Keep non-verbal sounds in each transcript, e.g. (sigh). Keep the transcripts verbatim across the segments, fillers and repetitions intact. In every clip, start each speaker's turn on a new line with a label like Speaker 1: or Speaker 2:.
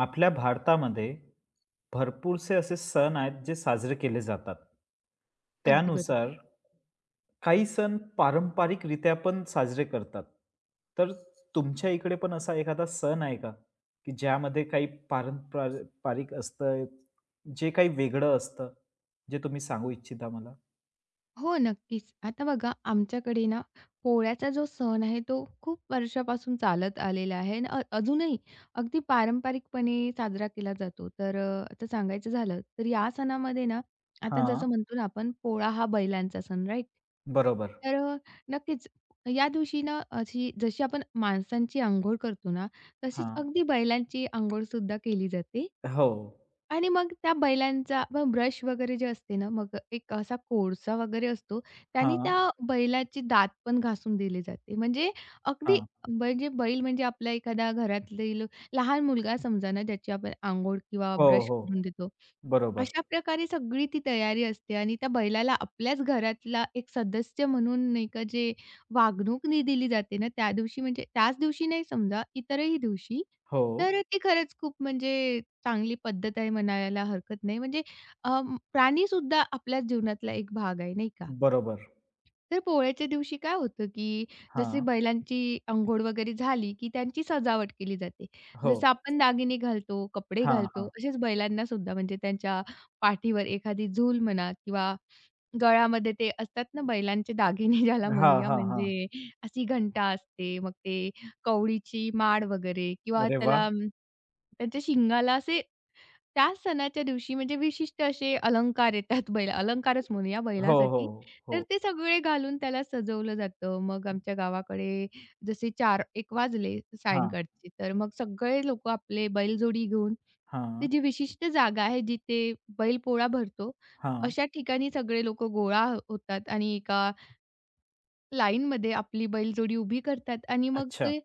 Speaker 1: आपल्या भारतामध्ये भरपूरसे असे सण आहेत जे साजरे केले जातात.
Speaker 2: अगदी
Speaker 1: त्यानुसार
Speaker 2: बरोबर.
Speaker 1: काही सण पारंपरिकरित्या पण साजरे करतात. तर तुमच्या इकडे पण असा एखादा सण आहे का? की ज्यामध्ये काही पारंपार पारिक असतं, जे काही वेगळं असतं, जे तुम्ही सांगू इच्छिता मला?
Speaker 2: हो, नक्कीच. आता बघा आमच्याकडे ना पोळ्याचा जो सण आहे तो खूप वर्षापासून चालत आलेला आहे आणि अ अजूनही अगदी पारंपरिकपणे साजरा केला जातो. तर अ, आता सांगायचं झालं तर या सणामध्ये ना आता
Speaker 1: हां,
Speaker 2: जसं म्हणतो ना आपण पोळा हा बैलांचा सण राइट?
Speaker 1: बरोबर.
Speaker 2: तर अ, नक्कीच या दिवशी ना अशी जशी आपण माणसांची अंघोळ करतो ना, तशीच
Speaker 1: हां.
Speaker 2: अगदी बैलांची अंघोळ सुद्धा केली जाते.
Speaker 1: हो.
Speaker 2: आणि मग त्या बैलांचा मग ब्रश वगैरे जे असते ना, मग एक असा कोळसा वगैरे असतो, त्याने
Speaker 1: हां,
Speaker 2: त्या बैलाची दात पण घासून दिली जाते. म्हणजे अगदी
Speaker 1: हां.
Speaker 2: म्हणजे बैल म्हणजे आपला एखादा घरातील लहान मुलगा समजा ना, ज्याची आपण अंघोळ किंवा
Speaker 1: हो,
Speaker 2: ब्रश
Speaker 1: हो.
Speaker 2: करून देतो.
Speaker 1: बरोबर.
Speaker 2: अशा प्रकारे सगळी ती तयारी असते आणि त्या बैलाला आपल्याच घरातला एक सदस्य म्हणून नाही का जे वागणूक नी दिली जाते ना, त्या दिवशी म्हणजे त्याच दिवशी नाही समजा, इतरही दिवशी.
Speaker 1: हो.
Speaker 2: तर ते खरंच खूप म्हणजे चांगली पद्धत आहे म्हणायला हरकत नाही. म्हणजे अ, प्राणीसुद्धा आपल्या जीवनातला एक भाग आहे, नाही का?
Speaker 1: बरोबर.
Speaker 2: तर पोळ्याच्या दिवशी काय होतं, की जसे
Speaker 1: हां.
Speaker 2: बैलांची अंघोळ वगैरे झाली, की त्यांची सजावट केली जाते.
Speaker 1: हो.
Speaker 2: जसं आपण दागिने घालतो, कपडे
Speaker 1: हां,
Speaker 2: घालतो,
Speaker 1: हां.
Speaker 2: असेच बैलांनासुद्धा म्हणजे त्यांच्या पाठीवर एखादी झूल म्हणा किंवा गळ्यामध्ये ते असतात ना बैलांचे दागिने (laughs) ज्याला
Speaker 1: हां,
Speaker 2: म्हणूया,
Speaker 1: हां, हां.
Speaker 2: म्हणजे अशी घंटा असते, मग ते कवडीची माळ वगैरे किंवा
Speaker 1: अरे वाह!
Speaker 2: त्याला अम, त्यांच्या शिंगाला असे त्या सणाच्या दिवशी म्हणजे विशिष्ट असे अलंकार येतात बैल अलंकारच म्हणूया
Speaker 1: हो, हो,
Speaker 2: बैलासाठी. तर
Speaker 1: हो.
Speaker 2: ते सगळे घालून त्याला सजवलं जातं. मग आमच्या गावाकडे जसे चार एक वाजले
Speaker 1: हां,
Speaker 2: सायंकाळचे, तर मग सगळे लोकं आपले बैलजोडी घेऊन ती
Speaker 1: हां,
Speaker 2: जी विशिष्ट जागा आहे जिथे बैलपोळा भरतो,
Speaker 1: हां.
Speaker 2: अशा ठिकाणी सगळे लोकं गोळा हो- होतात आणि एका लाईनमध्ये आपली बैलजोडी उभी करतात आणि मग
Speaker 1: अच्छा,
Speaker 2: ते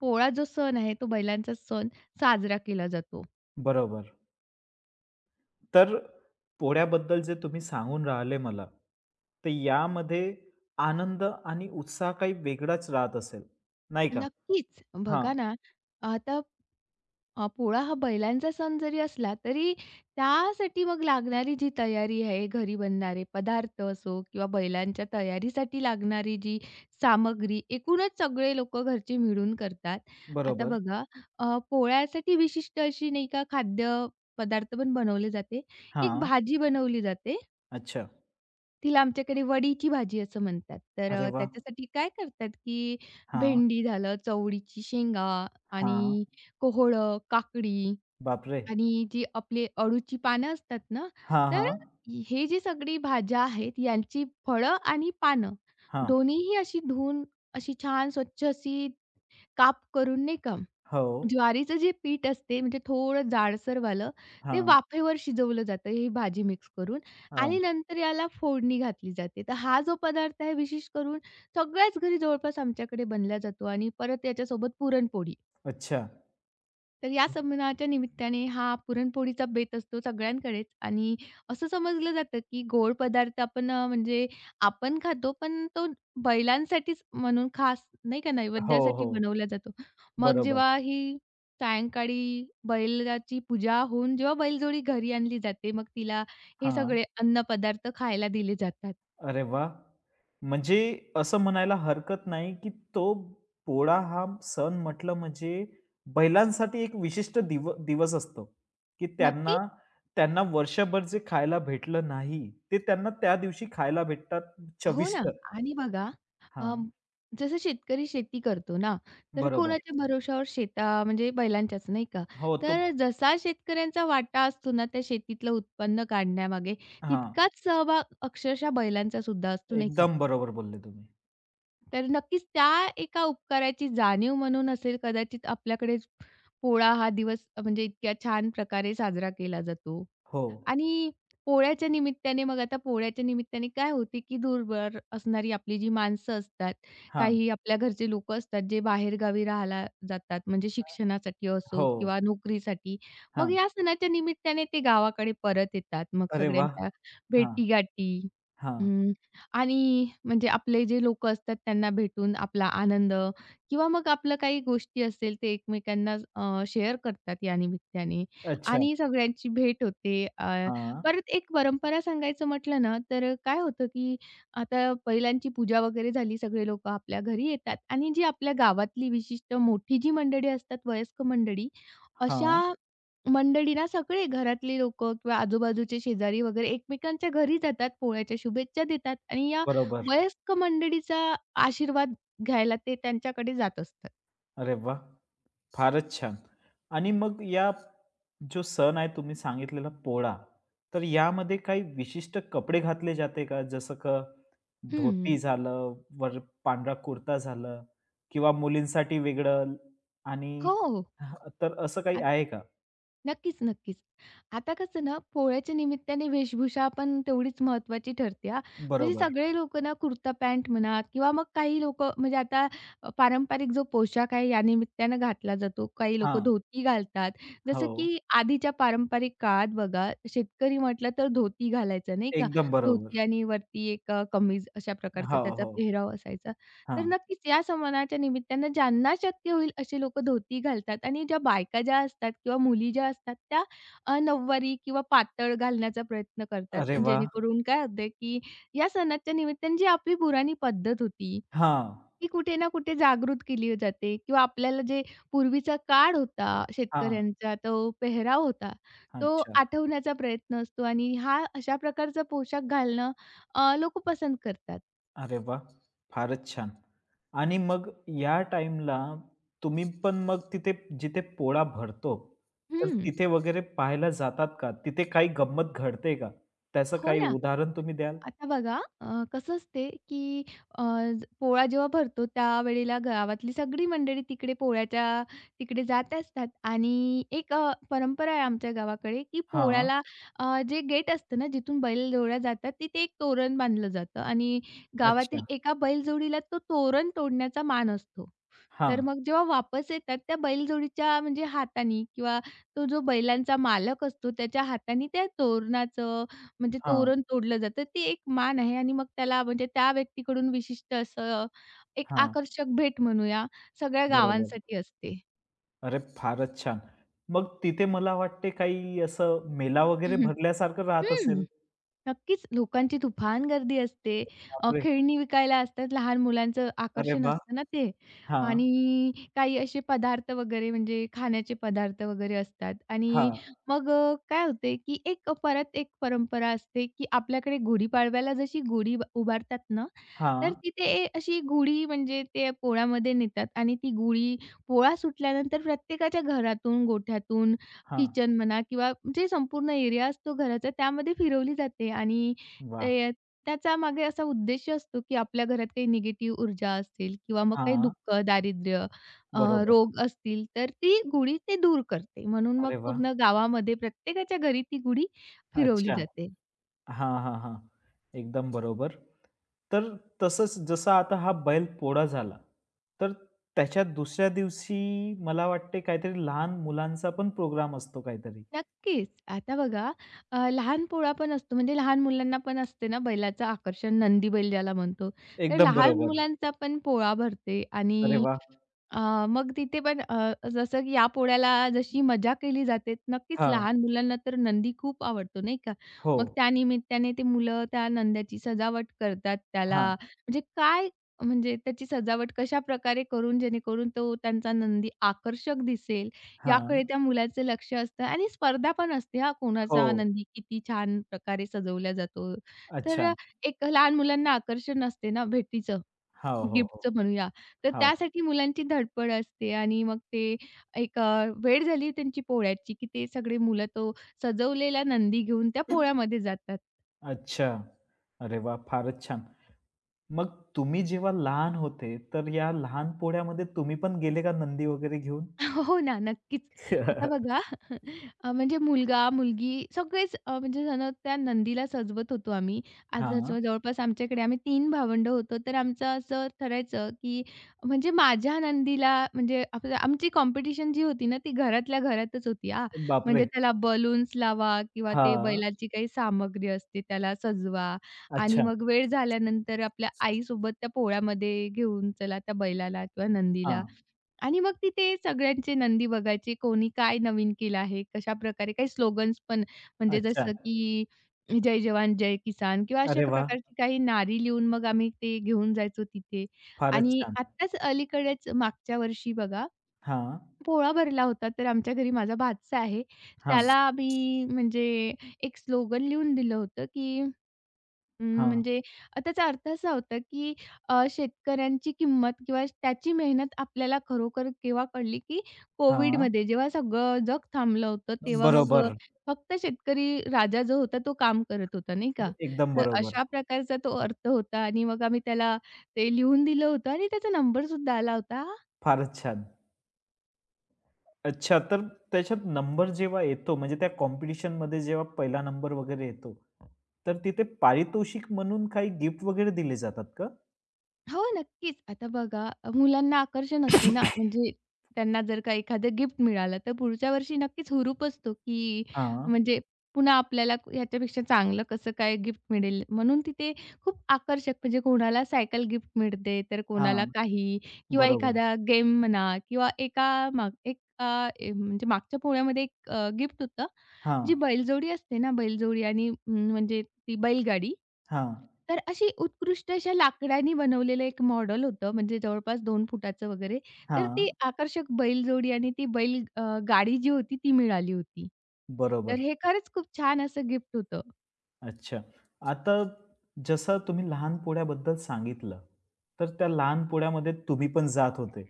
Speaker 2: पोळा जो सण आहे, तो बैलांचा सण साजरा केला जातो.
Speaker 1: बरोबर. तर पोळ्याबद्दल जे तुम्ही सांगून राहिले मला, तर यामध्ये आनंद आणि उत्साह काही वेगळाच राहत असेल, नाही का?
Speaker 2: नक्कीच.
Speaker 1: हां,
Speaker 2: बघा ना, आता अ, पोळा हा बैलांचा सण जरी असला, तरी त्यासाठी मग लागणारी जी तयारी आहे, घरी बनणारे पदार्थ असो किंवा बैलांच्या तयारीसाठी लागणारी जी सामग्री, एकूणच सगळे लोकं घरचे मिळून करतात. आता
Speaker 1: बरोबर.
Speaker 2: बघा अ, पोळ्यासाठी विशिष्ट अशी नाही का खाद्यपदार्थ पण बनवले जाते. एक
Speaker 1: हां,
Speaker 2: भाजी बनवली जाते
Speaker 1: अच्छा.
Speaker 2: तिला आमच्याकडे वडीची भाजी असं म्हणतात. तर
Speaker 1: अरे
Speaker 2: अ,
Speaker 1: वाह!
Speaker 2: त्याच्यासाठी काय करतात, की
Speaker 1: हां,
Speaker 2: भेंडी झालं, चवळीची शेंगा
Speaker 1: हां.
Speaker 2: आणि कोहळं, काकडी
Speaker 1: बापरे!
Speaker 2: आणि जी आपली अळूची पानं असतात ना,
Speaker 1: हां,
Speaker 2: तर
Speaker 1: हां,
Speaker 2: हे जी सगळी भाज्या आहेत, यांची फळं आणि पानं
Speaker 1: हां.
Speaker 2: दोन्हीही अशी धुवून, अशी छान स्वच्छ अशी काप करून नाही का
Speaker 1: हो.
Speaker 2: ज्वारीचं जे पीठ असते म्हणजे थोडं जाडसरवालं, ते
Speaker 1: हां,
Speaker 2: वाफेवर शिजवलं जातं ही भाजी मिक्स करून आणि
Speaker 1: हां.
Speaker 2: नंतर याला फोडणी घातली जाते. तर हा जो पदार्थ आहे विशेष करून सगळ्याच घरी जवळपास आमच्याकडे बनला जातो आणि परत याच्यासोबत पुरणपोळी.
Speaker 1: अच्छा.
Speaker 2: तर या सणाच्या निमित्ताने हा पुरणपोळीचा बेत असतो सगळ्यांकडेच आणि असं समजलं जातं, की गोड पदार्थ आपण अ, म्हणजे आपण खातो, पण तो बैलांसाठीच म्हणून खास नाही का
Speaker 1: हो,
Speaker 2: नैवेद्यासाठी
Speaker 1: हो.
Speaker 2: बनवला जातो. मग
Speaker 1: बरोबर.
Speaker 2: जेव्हा ही सायंकाळी बैलाची पूजा होऊन जेव्हा बैलजोडी घरी आणली जाते, मग तिला हे
Speaker 1: हां.
Speaker 2: सगळे अन्न पदार्थ खायला दिले जातात.
Speaker 1: अरे वाह! म्हणजे असं म्हणायला हरकत नाही, की तो पोळा हा सण म्हटलं म्हणजे बैलांसाठी एक विशिष्ट दिव दिवस असतो, की
Speaker 2: नक्की
Speaker 1: त्यांना त्यांना वर्षभर जे खायला भेटलं नाही, ते त्यांना त्या दिवशी खायला भेटतात
Speaker 2: हो ना.
Speaker 1: चविष्ट.
Speaker 2: आणि बघा
Speaker 1: हां,
Speaker 2: अं, जसं शेतकरी शेती करतो ना, तर
Speaker 1: बरोबर.
Speaker 2: कोणाच्या भरवशावर शेता म्हणजे बैलांच्याच नाही का?
Speaker 1: हो, तो
Speaker 2: तर जसा शेतकऱ्यांचा वाटा असतो ना, त्या शेतीतलं उत्पन्न काढण्यामागे
Speaker 1: हां,
Speaker 2: तितकाच सहभाग अक्षरशः बैलांचा सुद्धा असतो नाही का?
Speaker 1: एकदम बरोबर बोलले तुम्ही.
Speaker 2: तर नक्कीच त्या एका उपकाराची जाणीव म्हणून असेल कदाचित आपल्याकडे पोळा हा दिवस म्हणजे इतक्या छान प्रकारे साजरा केला जातो.
Speaker 1: हो.
Speaker 2: आणि पोळ्याच्या निमित्ताने मग आता पोळ्याच्या निमित्ताने काय होते, की दूरवर असणारी आपली जी माणसं असतात,
Speaker 1: हां.
Speaker 2: काही आपल्या घरचे लोकं असतात, जे बाहेरगावी राहायला जातात, म्हणजे शिक्षणासाठी असो
Speaker 1: हो.
Speaker 2: किंवा नोकरीसाठी. मग
Speaker 1: हां.
Speaker 2: या सणाच्या निमित्ताने ते गावाकडे परत येतात. मग
Speaker 1: अरे वाह!
Speaker 2: सगळ्यांच्या
Speaker 1: हां,
Speaker 2: भेटीगाठी
Speaker 1: हां.
Speaker 2: हं, आणि म्हणजे आपले जे लोकं असतात त्यांना भेटून आपला आनंद किंवा मग आपलं काही गोष्टी असेल, ते एकमेकांना अ, शेअर करतात या निमित्ताने.
Speaker 1: अच्छा.
Speaker 2: आणि सगळ्यांची भेट होते. अ,
Speaker 1: हां,
Speaker 2: परत एक परंपरा सांगायचं म्हटलं ना, तर काय होतं, की आता बैलांची पूजा वगैरे झाली, सगळे लोकं आपल्या घरी येतात आणि जी आपल्या गावातली विशिष्ट मोठी जी मंडळी असतात, वयस्क मंडळी, अशा
Speaker 1: हां.
Speaker 2: मंडळींना सगळे घरातले लोकं किंवा आजूबाजूचे शेजारी वगैरे एकमेकांच्या घरी जातात, पोळ्याच्या शुभेच्छा देतात आणि या
Speaker 1: बरोबर.
Speaker 2: वयस्क मंडळीचा आशीर्वाद घ्यायला ते त्यांच्याकडे जात असतात.
Speaker 1: अरे वाह! फारच छान. आणि मग या जो सण आहे तुम्ही सांगितलेला पोळा, तर यामध्ये काही विशिष्ट कपडे घातले जाते का? जसं का धोती
Speaker 2: हं.
Speaker 1: झालं, वर पांढरा कुर्ता झालं किंवा मुलींसाठी वेगळं आणि
Speaker 2: हो.
Speaker 1: हां, तर असं काही आहे का?
Speaker 2: नक्कीच, नक्कीच. आता कसं ना, पोळ्याच्या निमित्ताने वेशभूषा पण तेवढीच महत्वाची ठरते हां. म्हणजे
Speaker 1: बरोबर.
Speaker 2: सगळे लोकं ना कुर्ता पॅन्ट म्हणा किंवा मग काही लोकं म्हणजे आता अ, पारंपरिक जो पोशाख आहे या निमित्तानं घातला जातो. काही लोकं
Speaker 1: हां,
Speaker 2: धोती घालतात. जसं
Speaker 1: हो.
Speaker 2: की आधीच्या पारंपरिक काळात बघा, शेतकरी म्हटलं तर धोती घालायचा नाही का?
Speaker 1: एकदम
Speaker 2: धोती
Speaker 1: बरोबर.
Speaker 2: आणि वरती एक अ, कमीज अशा प्रकारचा
Speaker 1: हो,
Speaker 2: त्याचा
Speaker 1: हो.
Speaker 2: पेहराव असायचा. तर
Speaker 1: हां.
Speaker 2: नक्कीच या समानाच्या निमित्तानं ज्यांना शक्य होईल असे लोकं धोती घालतात आणि ज्या बायका ज्या असतात किंवा मुली ज्या असतात त्या अ, नऊवारी किंवा पातळ घालण्याचा प्रयत्न करतात.
Speaker 1: अरे वाह!
Speaker 2: जेणेकरून काय होतंय, की या सणाच्या निमित्ताने जी आपली पुराणी पद्धत होती,
Speaker 1: हां,
Speaker 2: ती कुठे ना कुठे जागृत केली जाते किंवा आपल्याला जे पूर्वीचा काळ होता,
Speaker 1: हां.
Speaker 2: शेतकऱ्यांचा तो पेहराव होता, तो
Speaker 1: अच्छा.
Speaker 2: आठवण्याचा प्रयत्न असतो आणि हा अशा प्रकारचा पोशाख घालणं अ, पसंत करतात.
Speaker 1: अरे वा, फारच छान. आणि मग या टाईमला तुम्ही पण मग तिथे जिथे पोळा भरतो, तर
Speaker 2: हं.
Speaker 1: तिथे वगैरे पाहायला जातात का? तिथे काही गंमत घडते का? त्याचं
Speaker 2: हो
Speaker 1: काही
Speaker 2: ना.
Speaker 1: उदाहरण तुम्ही द्याल?
Speaker 2: आता बघा अ, कसं असते, की अ, ज- पोळा जेव्हा भरतो त्यावेळेला गावातली सगळी मंडळी तिकडे पोळ्याच्या तिकडे जात असतात आणि एक अ, परंपरा आहे आमच्या गावाकडे, की
Speaker 1: हां.
Speaker 2: पोळ्याला अ, जे गेट असतं ना, जिथून बैलजोड्या जातात तिथे एक तोरण बांधलं जातं आणि गावातील
Speaker 1: अच्छा.
Speaker 2: एका बैलजोडीला तो तोरण तोडण्याचा मान असतो.
Speaker 1: हां,
Speaker 2: तर मग जेव्हा वापस येतात त्या बैलजोडीच्या म्हणजे हातानी किंवा तो जो बैलांचा मालक असतो त्याच्या हातानी त्या तोरणाचं म्हणजे
Speaker 1: हां,
Speaker 2: तोरण तोडलं जातं. ती एक मान आहे आणि मग त्याला म्हणजे त्या व्यक्तीकडून विशिष्ट असं एक
Speaker 1: हां.
Speaker 2: आकर्षक भेट म्हणूया, सगळ्या
Speaker 1: बरोबर.
Speaker 2: गावांसाठी असते.
Speaker 1: अरे फारच छान. मग तिथे मला वाटते काही असं मेला वगैरे
Speaker 2: (laughs)
Speaker 1: भरल्यासारखं राहत असेल?
Speaker 2: हं. नक्कीच, लोकांची तुफान गर्दी असते. अ,
Speaker 1: बापरे!
Speaker 2: खेळणी विकायला असतात, लहान मुलांचं
Speaker 1: अरे
Speaker 2: आकर्षण
Speaker 1: वाह!
Speaker 2: असतं ना ते
Speaker 1: हां,
Speaker 2: आणि काही असे पदार्थ वगैरे म्हणजे खाण्याचे पदार्थ वगैरे असतात आणि
Speaker 1: हां,
Speaker 2: मग अ, काय होते की एक परत एक परंपरा असते की आपल्याकडे गुढीपाडव्याला जशी गुढी ब- उभारतात ना, तर
Speaker 1: हां,
Speaker 2: तिथे अशी गुढी म्हणजे ते पोळ्यामध्ये नेतात आणि ती गुढी पोळा सुटल्यानंतर प्रत्येकाच्या घरातून, गोठ्यातून
Speaker 1: हां.
Speaker 2: किचन म्हणा किंवा जे संपूर्ण एरिया असतो घराचा त्यामध्ये फिरवली जाते आणि
Speaker 1: वाह!
Speaker 2: ते त्याचा मागे असा उद्देश असतो, की आपल्या घरात काही निगेटिव्ह ऊर्जा असतील किंवा मग काही
Speaker 1: हां.
Speaker 2: दुःख, दारिद्र्य, अ,
Speaker 1: बरोबर.
Speaker 2: रोग असतील, तर ती गुढी ते दूर करते. म्हणून मग
Speaker 1: अरे वाह!
Speaker 2: पूर्ण गावामध्ये प्रत्येकाच्या घरी ती गुढी फिरवली
Speaker 1: अच्छा.
Speaker 2: जाते.
Speaker 1: हां, हां, हां. एकदम बरोबर. तर तसंच जसा आता हा बैल पोळा झाला, तर त्याच्या दुसऱ्या दिवशी मला वाटते काहीतरी लहान मुलांचा पण प्रोग्राम असतो काहीतरी.
Speaker 2: नक्कीच. आता बघा अ, लहान पोळा पण असतो म्हणजे लहान मुलांना पण असते ना बैलाचं आकर्षण, नंदी बैल ज्याला म्हणतो. तर
Speaker 1: एकदम
Speaker 2: लहान
Speaker 1: बरोबर.
Speaker 2: मुलांचा पण पोळा भरते
Speaker 1: अरे
Speaker 2: आणि
Speaker 1: वाह!
Speaker 2: अ, मग तिथे पण अ, जसं की या पोळ्याला जशी मजा केली जाते, नक्कीच
Speaker 1: हां.
Speaker 2: लहान मुलांना तर नंदी खूप आवडतो, नाही का?
Speaker 1: हो.
Speaker 2: मग त्या निमित्ताने ते मुलं त्या नंद्याची सजावट करतात
Speaker 1: हां,
Speaker 2: त्याला. म्हणजे काय म्हणजे त्याची सजावट कशा प्रकारे करून जेणेकरून तो त्यांचा नंदी आकर्षक दिसेल, याकडे
Speaker 1: हां.
Speaker 2: त्या मुलाचं लक्ष असतं आणि स्पर्धा पण असते हां,
Speaker 1: हो.
Speaker 2: कोणाचा नंदी किती छान प्रकारे सजवला जातो.
Speaker 1: अच्छा.
Speaker 2: तर एक लहान मुलांना आकर्षण असते ना भेटीचं.
Speaker 1: हो, हो, हो.
Speaker 2: गिफ्टचं म्हणूया. तर
Speaker 1: हो.
Speaker 2: त्यासाठी मुलांची धडपड असते आणि मग ते एक अ, वेळ झाली त्यांची पोळ्याची, की ते सगळे मुलं तो सजवलेला नंदी घेऊन त्या पोळ्यामध्ये जातात.
Speaker 1: अच्छा. अरे वाह! फारच छान. मग तुम्ही जेव्हा लहान होते, तर या लहान पोळ्यामध्ये तुम्ही पण गेले का नंदी वगैरे घेऊन?
Speaker 2: (laughs) हो ना, नक्कीच. आता बघा
Speaker 1: (laughs)
Speaker 2: (laughs) अ, म्हणजे मुलगा-मुलगी सगळेच अ, म्हणजे जणू त्या नंदीला सजवत होतो आम्ही. आज आज
Speaker 1: हां.
Speaker 2: जवळपास आमच्याकडे आम्ही तीन भावंडं होतो, तर आमचं असं ठरायचं, की म्हणजे माझ्या नंदीला म्हणजे आपलं आमची कॉम्पिटिशन जी होती ना, ती घरातल्या घरातच होती हां. म्हणजे
Speaker 1: बापरे!
Speaker 2: त्याला बलून्स लावा किंवा ते
Speaker 1: हां.
Speaker 2: बैलाची काही सामग्री असते त्याला सजवा आणि
Speaker 1: अच्छा.
Speaker 2: मग वेळ झाल्यानंतर आपल्या आईसोबत त्या पोळ्यामध्ये घेऊन चला त्या बैलाला किंवा नंदीला.
Speaker 1: हां.
Speaker 2: आणि मग तिथे सगळ्यांचे नंदी बघायचे, कोणी काय नवीन केलं आहे, कशाप्रकारे काही स्लोगन्स पण म्हणजे
Speaker 1: अच्छा.
Speaker 2: जसं की "जय जवान, जय किसान" किंवा अशा
Speaker 1: अरे
Speaker 2: एका
Speaker 1: वाह!
Speaker 2: प्रकारची काही नारी लिहून मग आम्ही ते घेऊन जायचो तिथे.
Speaker 1: फारच
Speaker 2: आणि
Speaker 1: छान.
Speaker 2: आत्ताच अलीकडेच मागच्या वर्षी बघा,
Speaker 1: हां,
Speaker 2: पोळा भरला होता, तर आमच्या घरी माझा भाचा आहे.
Speaker 1: हां,
Speaker 2: त्याला आम्ही म्हणजे एक स्लोगन लिहून दिलं होतं की अं,
Speaker 1: हां,
Speaker 2: म्हणजे अ, त्याचा अर्थ असा होता, की अ, शेतकऱ्यांची किंमत किंवा त्याची मेहनत आपल्याला खरोखर केव्हा कळली, की
Speaker 1: हां.
Speaker 2: कोविडमध्ये जेव्हा सगळं जग थांबलं होतं, तेव्हा मग अ,
Speaker 1: बरोबर.
Speaker 2: फक्त शेतकरी राजा जो होता, तो काम करत होता, नाही का?
Speaker 1: एकदम
Speaker 2: तर
Speaker 1: बरोबर.
Speaker 2: अशा प्रकारचा तो अर्थ होता आणि मग आम्ही त्याला ते लिहून दिलं होतं आणि त्याचा नंबरसुद्धा आला होता.
Speaker 1: फारच छान. अच्छा, तर त्याच्यात नंबर जेव्हा येतो म्हणजे त्या कॉम्पिटिशनमध्ये जेव्हा पहिला नंबर वगैरे येतो, तर तिथे पारितोषिक म्हणून काही गिफ्ट वगैरे दिले जातात का?
Speaker 2: हो, नक्कीच. आता बघा अ, मुलांना आकर्षण असते ना, म्हणजे त्यांना जर का एखादं गिफ्ट मिळालं, तर पुढच्या वर्षी नक्कीच हुरूप असतो, की
Speaker 1: हां,
Speaker 2: म्हणजे पुन्हा आपल्याला क- ह्याच्यापेक्षा चांगलं कसं काय गिफ्ट मिळेल. म्हणून तिथे खूप आकर्षक म्हणजे कोणाला सायकल गिफ्ट मिळते, तर कोणाला
Speaker 1: हां.
Speaker 2: काही किंवा
Speaker 1: बरोबर.
Speaker 2: एखादा गेम म्हणा किंवा एका माग एक अ, ए- म्हणजे मागच्या पोळ्यामध्ये एक गिफ्ट होतं,
Speaker 1: हां,
Speaker 2: जी बैलजोडी असते ना, बैलजोडी आणि अं, म्हणजे ती बैलगाडी
Speaker 1: हां,
Speaker 2: तर अशी उत्कृष्ट अशा लाकडानी बनवलेलं एक मॉडेल होतं, म्हणजे जवळपास दोन फुटाचं वगैरे. तर ती
Speaker 1: हां.
Speaker 2: आकर्षक बैलजोडी आणि ती बैल अ, गाडी जी होती ती मिळाली होती. तर
Speaker 1: बरोबर.
Speaker 2: हे खरंच खूप छान असं गिफ्ट होतं.
Speaker 1: अच्छा. आता जसं तुम्ही लहान पोळ्याबद्दल सांगितलं, तर त्या लहान पोळ्यामध्ये तुम्ही पण जात होते,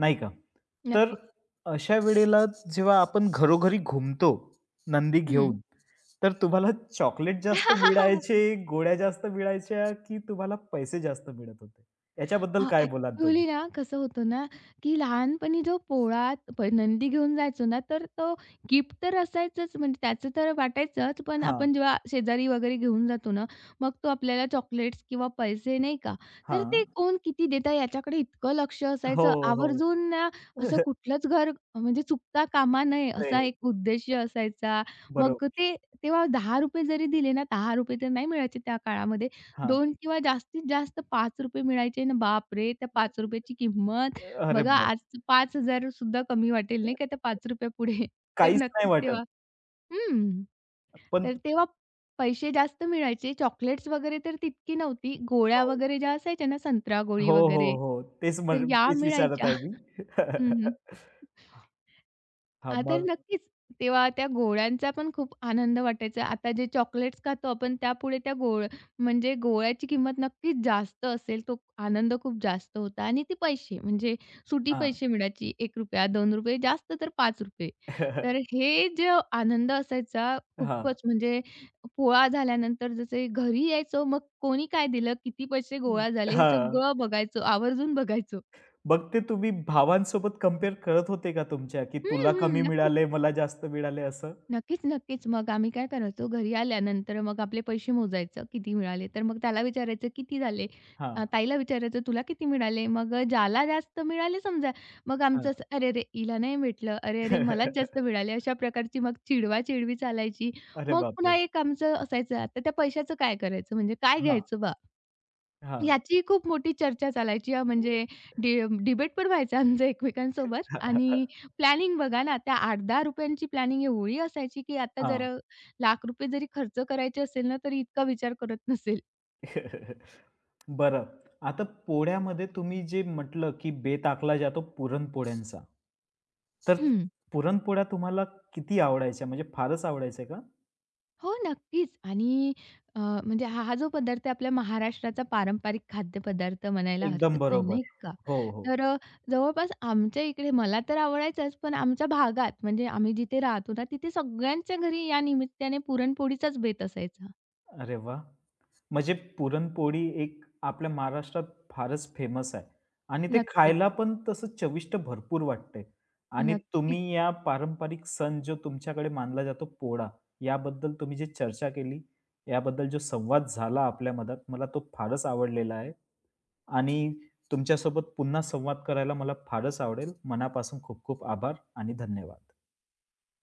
Speaker 1: नाही का? तर
Speaker 2: नक्कीच.
Speaker 1: अशा वेळेला जेव्हा आपण घरोघरी घुमतो नंदी
Speaker 2: हं.
Speaker 1: घेऊन, तर तुम्हाला चॉकलेट जास्त
Speaker 2: (laughs)
Speaker 1: मिळायचे, गोळ्या जास्त मिळायच्या की तुम्हाला पैसे जास्त मिळत होते? याच्याबद्दल
Speaker 2: हां,
Speaker 1: काय बोलाल तुम्ही?
Speaker 2: ॲक्चुअली ना कसं होतं ना, की लहानपणी जो पोळा प नंदी घेऊन जायचो ना, तर तो गिफ्ट तर असायचंच म्हणजे त्याचं तर वाटायचंच. पण
Speaker 1: हां,
Speaker 2: आपण जेव्हा शेजारी वगैरे घेऊन जातो ना, मग तो आपल्याला चॉकलेट्स किंवा पैसे नाही का, तर ते
Speaker 1: हां.
Speaker 2: कोण किती देता याच्याकडे इतकं लक्ष
Speaker 1: हो,
Speaker 2: असायचं.
Speaker 1: हो.
Speaker 2: आवर्जून ना असं
Speaker 1: (laughs)
Speaker 2: कुठलंच घर म्हणजे चुकता कामा नये असा
Speaker 1: ते
Speaker 2: एक उद्देश असायचा. मग
Speaker 1: बरोबर.
Speaker 2: ते तेव्हा ₹दहा रुपये जरी दिले ना ₹दहा रुपये तर नाही मिळायचे त्या काळामध्ये.
Speaker 1: हां.
Speaker 2: दोन किंवा जास्तीत जास्त ₹पाच रुपये मिळायचे ना, बापरे! त्या ₹पाच रुपये ची किंमत
Speaker 1: अरे
Speaker 2: बघा
Speaker 1: बाप!
Speaker 2: आज पाच हजार सुद्धा कमी वाटेल नाही का त्या ₹पाच रुपये पुढे. (laughs) तर
Speaker 1: काहीच नाही
Speaker 2: नक्कीच
Speaker 1: वाटत.
Speaker 2: तेव्हा हं.
Speaker 1: पण
Speaker 2: तर तेव्हा पैसे जास्त मिळायचे. चॉकलेट्स वगैरे तर तितकी नव्हती. गोळ्या
Speaker 1: हो.
Speaker 2: वगैरे ज्या असायच्या ना संत्रा गोळी
Speaker 1: हो, हो,
Speaker 2: वगैरे,
Speaker 1: हो. तेच
Speaker 2: तर
Speaker 1: म्हण
Speaker 2: या
Speaker 1: तेच विचारत
Speaker 2: मिळायच्या.
Speaker 1: आहे मी.
Speaker 2: (laughs) हं,
Speaker 1: हां,
Speaker 2: हां, तर
Speaker 1: मग
Speaker 2: नक्कीच. तेव्हा त्या गोळ्यांचा पण खूप आनंद वाटायचा. आता जे चॉकलेट्स खातो आपण त्यापुढे त्या गोळ म्हणजे गोळ्याची किंमत नक्कीच जास्त असेल. तो आनंद खूप जास्त होता आणि ते पैसे म्हणजे सुटी
Speaker 1: हां.
Speaker 2: पैसे मिळायची ₹एक रुपया, ₹दोन रुपये जास्त तर ₹पाच रुपये. तर हे जे आनंद असायचा
Speaker 1: हां.
Speaker 2: खूपच म्हणजे पोळा झाल्यानंतर जसे घरी यायचो, मग कोणी काय दिलं, किती पैसे
Speaker 1: हं.
Speaker 2: गोळा झाले, हे
Speaker 1: हां.
Speaker 2: सगळं बघायचो, आवर्जून बघायचो.
Speaker 1: मग ते तुम्ही भावांसोबत कंपेअर करत होते का तुमच्या, की
Speaker 2: हं,
Speaker 1: तुला कमी
Speaker 2: हं. नक्कीच.
Speaker 1: मिळाले, मला जास्त मिळाले असं?
Speaker 2: नक्कीच, नक्कीच. मग आम्ही काय करायचो, घरी आल्यानंतर मग आपले पैसे मोजायचं, किती मिळाले. तर मग त्याला विचारायचं, "किती झाले?" अ,
Speaker 1: हां,
Speaker 2: ताईला विचारायचं, "तुला किती मिळाले?" मग ज्याला जास्त मिळाले समजा, मग आमचं
Speaker 1: हां.
Speaker 2: असं, "अरे-अरे, हिला नाही भेटलं. अरे-अरे, मलाच जास्त
Speaker 1: (laughs)
Speaker 2: मिळाले." अशा प्रकारची मग चिडवा-चिडवी चालायची.
Speaker 1: अरे
Speaker 2: मग पुन्हा
Speaker 1: बापरे!
Speaker 2: एक आमचं असायचं, "आता त्या पैशाचं काय करायचं? म्हणजे काय
Speaker 1: हां,
Speaker 2: घ्यायचं बा?"
Speaker 1: हां.
Speaker 2: याची खूप मोठी चर्चा चालायची हां, म्हणजे डि डिबेट पण व्हायचा आमचं एकमेकांसोबत आणि प्लॅनिंग बघा ना, त्या ₹आठ ते दहा रुपये ची प्लॅनिंग एवढी असायची, की आता जर
Speaker 1: हां.
Speaker 2: अ, लाख रुपये जरी खर्च करायचे असेल ना, तरी इतका विचार करत नसेल.
Speaker 1: बरं. आता पोळ्यामध्ये तुम्ही जे म्हटलं, की बेत आखला जातो पुरणपोळ्यांचा. तर पुरणपोळ्या तुम्हाला किती आवडायच्या? म्हणजे फारच आवडायच्या का?
Speaker 2: हो, नक्कीच. आणि अ, म्हणजे हा हा जो पदार्थ आहे आपल्या महाराष्ट्राचा पारंपरिक खाद्यपदार्थ म्हणायला
Speaker 1: एकदम
Speaker 2: हरकत नाही,
Speaker 1: बरोबर.
Speaker 2: नाही का?
Speaker 1: हो, हो.
Speaker 2: तर अ, जवळपास आमच्या इकडे मला तर आवडायचाच, पण आमच्या भागात म्हणजे आम्ही जिथे राहतो ना, तिथे सगळ्यांच्या घरी या निमित्ताने पुरणपोळीचाच बेत असायचा.
Speaker 1: अरे वाह! म्हणजे पुरणपोळी एक आपल्या महाराष्ट्रात फारच फेमस आहे आणि ते
Speaker 2: नक्कीच,
Speaker 1: खायला पण तसं चविष्ट भरपूर वाटते आणि तुम्ही
Speaker 2: नक्कीच.
Speaker 1: या पारंपरिक सण जो तुमच्याकडे मानला जातो पोळा, याबद्दल तुम्ही जी चर्चा केली, याबद्दल जो संवाद झाला आपल्या मधात, मला तो फारच आवडलेला आहे आणि तुमच्यासोबत पुन्हा संवाद करायला मला फारच आवडेल. मनापासून खूप खूप आभार आणि धन्यवाद.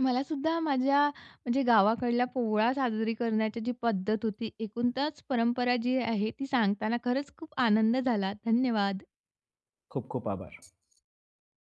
Speaker 2: मलासुद्धा माझ्या म्हणजे गावाकडला पोळा साजरी करण्याची जी पद्धत होती, एकूणच परंपरा जी आहे ती सांगताना खरंच खूप आनंद झाला. धन्यवाद.
Speaker 1: खूप खूप आभार.